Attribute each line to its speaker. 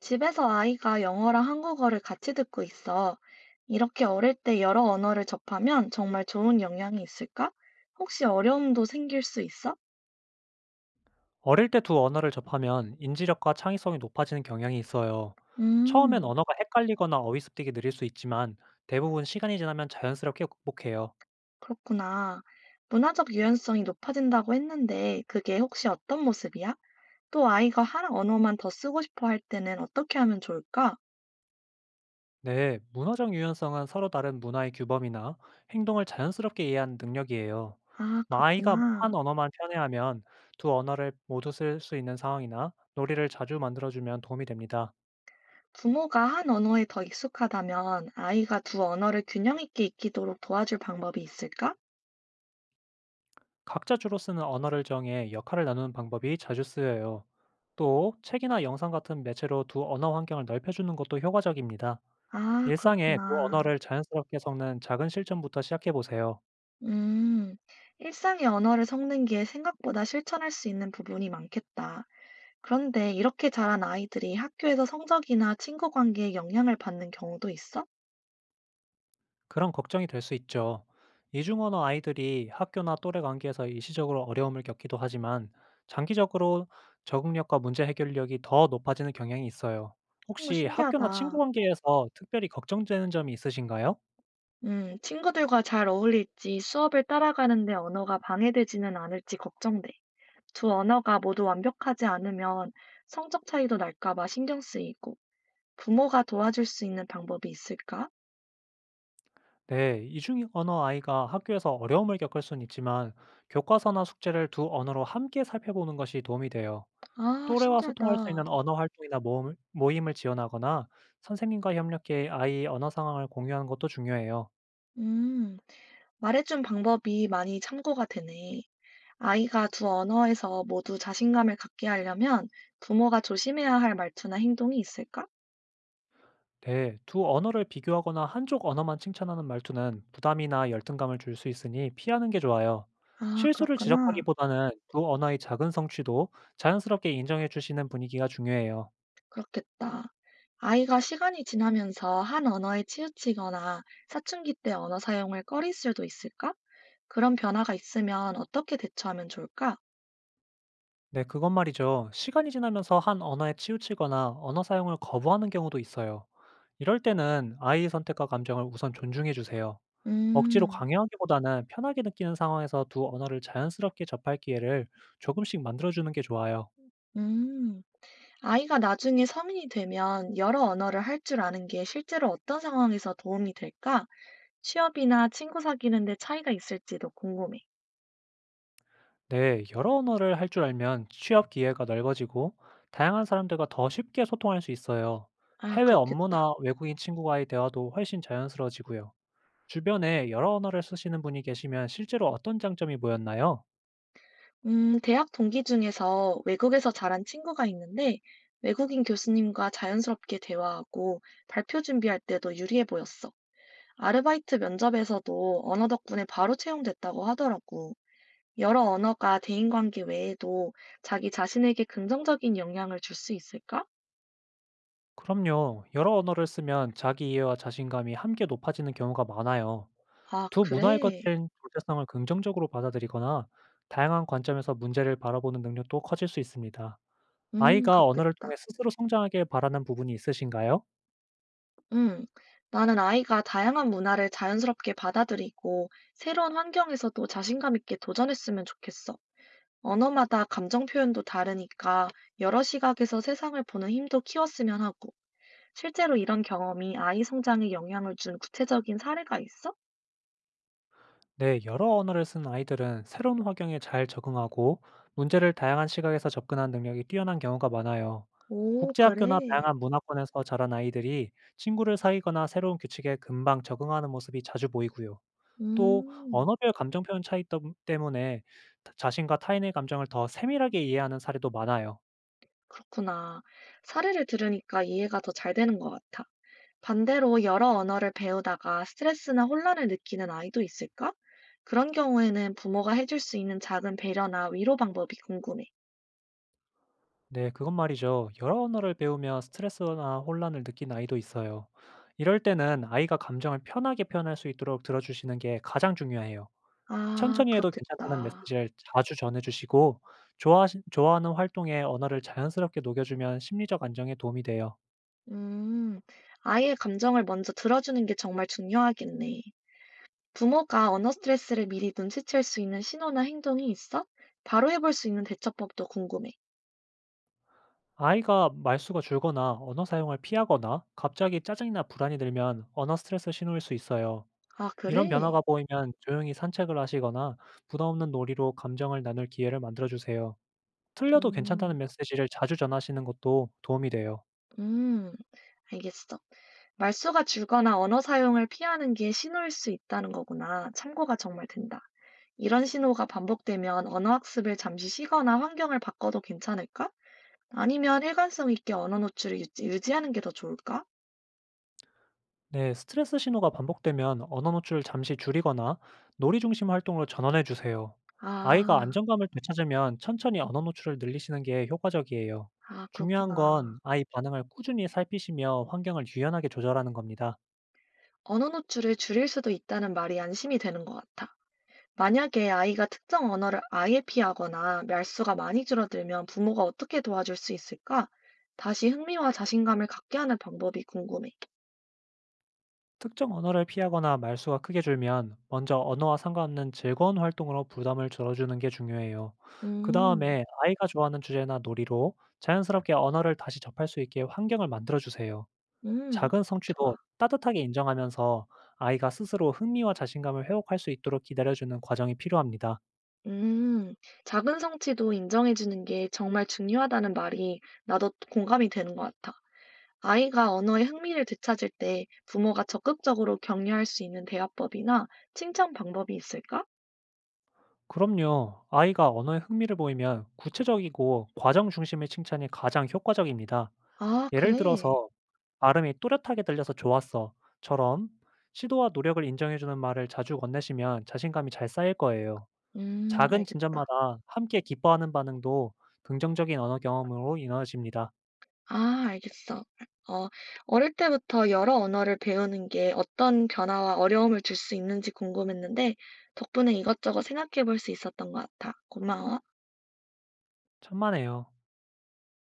Speaker 1: 집에서 아이가 영어랑 한국어를 같이 듣고 있어. 이렇게 어릴 때 여러 언어를 접하면 정말 좋은 영향이 있을까? 혹시 어려움도 생길 수 있어?
Speaker 2: 어릴 때 두 언어를 접하면 인지력과 창의성이 높아지는 경향이 있어요. 처음엔
Speaker 1: 음,
Speaker 2: 언어가 헷갈리거나 어휘습득이 느릴 수 있지만 대부분 시간이 지나면 자연스럽게 극복해요.
Speaker 1: 그렇구나. 문화적 유연성이 높아진다고 했는데 그게 혹시 어떤 모습이야? 또 아이가 한 언어만 더 쓰고 싶어 할 때는 어떻게 하면 좋을까?
Speaker 2: 네, 문화적 유연성은 서로 다른 문화의 규범이나 행동을 자연스럽게 이해하는 능력이에요.
Speaker 1: 아,
Speaker 2: 아이가
Speaker 1: 그렇구나.
Speaker 2: 한 언어만 편애하면 두 언어를 모두 쓸 수 있는 상황이나 놀이를 자주 만들어주면 도움이 됩니다.
Speaker 1: 부모가 한 언어에 더 익숙하다면 아이가 두 언어를 균형 있게 익히도록 도와줄 방법이 있을까?
Speaker 2: 각자 주로 쓰는 언어를 정해 역할을 나누는 방법이 자주 쓰여요. 또 책이나 영상 같은 매체로 두 언어 환경을 넓혀주는 것도 효과적입니다.
Speaker 1: 아,
Speaker 2: 일상에 두
Speaker 1: 그렇구나.
Speaker 2: 언어를 자연스럽게 섞는 작은 실천부터 시작해 보세요.
Speaker 1: 음, 일상의 언어를 섞는 게 생각보다 실천할 수 있는 부분이 많겠다. 그런데 이렇게 자란 아이들이 학교에서 성적이나 친구 관계에 영향을 받는 경우도 있어?
Speaker 2: 그런 걱정이 될 수 있죠. 이중언어 아이들이 학교나 또래 관계에서 일시적으로 어려움을 겪기도 하지만 장기적으로 적응력과 문제 해결력이 더 높아지는 경향이 있어요.
Speaker 1: 어,
Speaker 2: 혹시 학교나 친구
Speaker 1: 신기하다.
Speaker 2: 관계에서 특별히 걱정되는 점이 있으신가요?
Speaker 1: 친구들과 잘 어울릴지 수업을 따라가는데 언어가 방해되지는 않을지 걱정돼. 두 언어가 모두 완벽하지 않으면 성적 차이도 날까 봐 신경 쓰이고. 부모가 도와줄 수 있는 방법이 있을까?
Speaker 2: 네, 이중 언어 아이가 학교에서 어려움을 겪을 순 있지만 교과서나 숙제를 두 언어로 함께 살펴보는 것이 도움이 돼요.
Speaker 1: 아,
Speaker 2: 또래와 소통할 수
Speaker 1: 신기하다.
Speaker 2: 있는 언어 활동이나 모임을 지원하거나 선생님과 협력해 아이의 언어 상황을 공유하는 것도 중요해요.
Speaker 1: 음, 말해준 방법이 많이 참고가 되네. 아이가 두 언어에서 모두 자신감을 갖게 하려면 부모가 조심해야 할 말투나 행동이 있을까?
Speaker 2: 네, 두 언어를 비교하거나 한쪽 언어만 칭찬하는 말투는 부담이나 열등감을 줄 수 있으니 피하는 게 좋아요.
Speaker 1: 아,
Speaker 2: 실수를
Speaker 1: 그렇구나.
Speaker 2: 지적하기보다는 두 언어의 작은 성취도 자연스럽게 인정해 주시는 분위기가 중요해요.
Speaker 1: 그렇겠다. 아이가 시간이 지나면서 한 언어에 치우치거나 사춘기 때 언어 사용을 꺼릴 수도 있을까? 그런 변화가 있으면 어떻게 대처하면 좋을까?
Speaker 2: 네, 그건 말이죠. 시간이 지나면서 한 언어에 치우치거나 언어 사용을 거부하는 경우도 있어요. 이럴 때는 아이의 선택과 감정을 우선 존중해 주세요. 억지로
Speaker 1: 음,
Speaker 2: 강요하기보다는 편하게 느끼는 상황에서 두 언어를 자연스럽게 접할 기회를 조금씩 만들어주는 게 좋아요.
Speaker 1: 음. 아이가 나중에 성인이 되면 여러 언어를 할 줄 아는 게 실제로 어떤 상황에서 도움이 될까? 취업이나 친구 사귀는 데 차이가 있을지도 궁금해.
Speaker 2: 네, 여러 언어를 할 줄 알면 취업 기회가 넓어지고 다양한 사람들과 더 쉽게 소통할 수 있어요.
Speaker 1: 아,
Speaker 2: 해외
Speaker 1: 그렇겠다.
Speaker 2: 업무나 외국인 친구와의 대화도 훨씬 자연스러워지고요. 주변에 여러 언어를 쓰시는 분이 계시면 실제로 어떤 장점이 보였나요?
Speaker 1: 대학 동기 중에서 외국에서 자란 친구가 있는데 외국인 교수님과 자연스럽게 대화하고 발표 준비할 때도 유리해 보였어. 아르바이트 면접에서도 언어 덕분에 바로 채용됐다고 하더라고. 여러 언어가 대인관계 외에도 자기 자신에게 긍정적인 영향을 줄 수 있을까?
Speaker 2: 그럼요. 여러 언어를 쓰면 자기 이해와 자신감이 함께 높아지는 경우가 많아요.
Speaker 1: 아
Speaker 2: 두 문화의
Speaker 1: 그래?
Speaker 2: 거친 정체성을 긍정적으로 받아들이거나 다양한 관점에서 문제를 바라보는 능력도 커질 수 있습니다. 아이가 언어를
Speaker 1: 그렇겠다.
Speaker 2: 통해 스스로 성장하길 바라는 부분이 있으신가요?
Speaker 1: 음. 나는 아이가 다양한 문화를 자연스럽게 받아들이고 새로운 환경에서도 자신감 있게 도전했으면 좋겠어. 언어마다 감정 표현도 다르니까 여러 시각에서 세상을 보는 힘도 키웠으면 하고. 실제로 이런 경험이 아이 성장에 영향을 준 구체적인 사례가 있어?
Speaker 2: 네, 여러 언어를 쓴 아이들은 새로운 환경에 잘 적응하고 문제를 다양한 시각에서 접근한 능력이 뛰어난 경우가 많아요.
Speaker 1: 오,
Speaker 2: 국제학교나
Speaker 1: 그래.
Speaker 2: 다양한 문화권에서 자란 아이들이 친구를 사귀거나 새로운 규칙에 금방 적응하는 모습이 자주 보이고요. 또
Speaker 1: 음,
Speaker 2: 언어별 감정 표현 차이 덤 때문에 타 자신과 타인의 감정을 더 세밀하게 이해하는 사례도 많아요.
Speaker 1: 그렇구나. 사례를 들으니까 이해가 더 잘 되는 것 같아. 반대로 여러 언어를 배우다가 스트레스나 혼란을 느끼는 아이도 있을까? 그런 경우에는 부모가 해줄 수 있는 작은 배려나 위로 방법이 궁금해.
Speaker 2: 네, 그건 말이죠. 여러 언어를 배우며 스트레스나 혼란을 느낀 아이도 있어요. 이럴 때는 아이가 감정을 편하게 표현할 수 있도록 들어주시는 게 가장 중요해요.
Speaker 1: 아,
Speaker 2: 천천히 해도 괜찮다는
Speaker 1: 그렇겠다.
Speaker 2: 메시지를 자주 전해주시고, 좋아 좋아하는 활동에 언어를 자연스럽게 녹여주면 심리적 안정에 도움이 돼요.
Speaker 1: 음, 아이의 감정을 먼저 들어주는 게 정말 중요하겠네. 부모가 언어 스트레스를 미리 눈치챌 수 있는 신호나 행동이 있어? 바로 해볼 수 있는 대처법도 궁금해.
Speaker 2: 아이가 말수가 줄거나 언어 사용을 피하거나 갑자기 짜증이나 불안이 들면 언어 스트레스 신호일 수 있어요.
Speaker 1: 아,
Speaker 2: 이런
Speaker 1: 그래?
Speaker 2: 변화가 보이면 조용히 산책을 하시거나 부담 없는 놀이로 감정을 나눌 기회를 만들어 주세요. 틀려도 괜찮다는
Speaker 1: 음,
Speaker 2: 메시지를 자주 전하시는 것도 도움이 돼요.
Speaker 1: 음, 알겠어. 말수가 줄거나 언어 사용을 피하는 게 신호일 수 있다는 거구나. 참고가 정말 된다. 이런 신호가 반복되면 언어 학습을 잠시 쉬거나 환경을 바꿔도 괜찮을까? 아니면 일관성 있게 언어 노출을 유지하는 게 더 좋을까?
Speaker 2: 네, 스트레스 신호가 반복되면 언어 노출을 잠시 줄이거나 놀이 중심 활동으로 전환해 주세요. 아이가
Speaker 1: 아,
Speaker 2: 안정감을 되찾으면 천천히 언어 노출을 늘리시는 게 효과적이에요.
Speaker 1: 아,
Speaker 2: 중요한
Speaker 1: 그렇구나.
Speaker 2: 건 아이 반응을 꾸준히 살피시며 환경을 유연하게 조절하는 겁니다.
Speaker 1: 언어 노출을 줄일 수도 있다는 말이 안심이 되는 것 같아. 만약에 아이가 특정 언어를 아예 피하거나 말수가 많이 줄어들면 부모가 어떻게 도와줄 수 있을까? 다시 흥미와 자신감을 갖게 하는 방법이 궁금해.
Speaker 2: 특정 언어를 피하거나 말수가 크게 줄면 먼저 언어와 상관없는 즐거운 활동으로 부담을 줄여주는 게 중요해요. 그
Speaker 1: 음.
Speaker 2: 다음에 아이가 좋아하는 주제나 놀이로 자연스럽게 언어를 다시 접할 수 있게 환경을 만들어 주세요.
Speaker 1: 음,
Speaker 2: 작은
Speaker 1: 좋아.
Speaker 2: 성취도 따뜻하게 인정하면서 아이가 스스로 흥미와 자신감을 회복할 수 있도록 기다려주는 과정이 필요합니다.
Speaker 1: 음, 작은 성취도 인정해 주는 게 정말 중요하다는 말이 나도 공감이 되는 것 같아. 아이가 언어의 흥미를 되찾을 때 부모가 적극적으로 격려할 수 있는 대화법이나 칭찬 방법이 있을까?
Speaker 2: 그럼요. 아이가 언어에 흥미를 보이면 구체적이고 과정 중심의 칭찬이 가장 효과적입니다.
Speaker 1: 아,
Speaker 2: 예를
Speaker 1: 그래.
Speaker 2: 들어서 발음이 또렷하게 들려서 좋았어. 처럼 시도와 노력을 인정해주는 말을 자주 건네시면 자신감이 잘 쌓일 거예요. 작은
Speaker 1: 알겠다.
Speaker 2: 진전마다 함께 기뻐하는 반응도 긍정적인 언어 경험으로 이어집니다.
Speaker 1: 아, 알겠어. 어, 어릴 때부터 여러 언어를 배우는 게 어떤 변화와 어려움을 줄 수 있는지 궁금했는데 덕분에 이것저것 생각해 볼 수 있었던 것 같아. 고마워.
Speaker 2: 천만에요.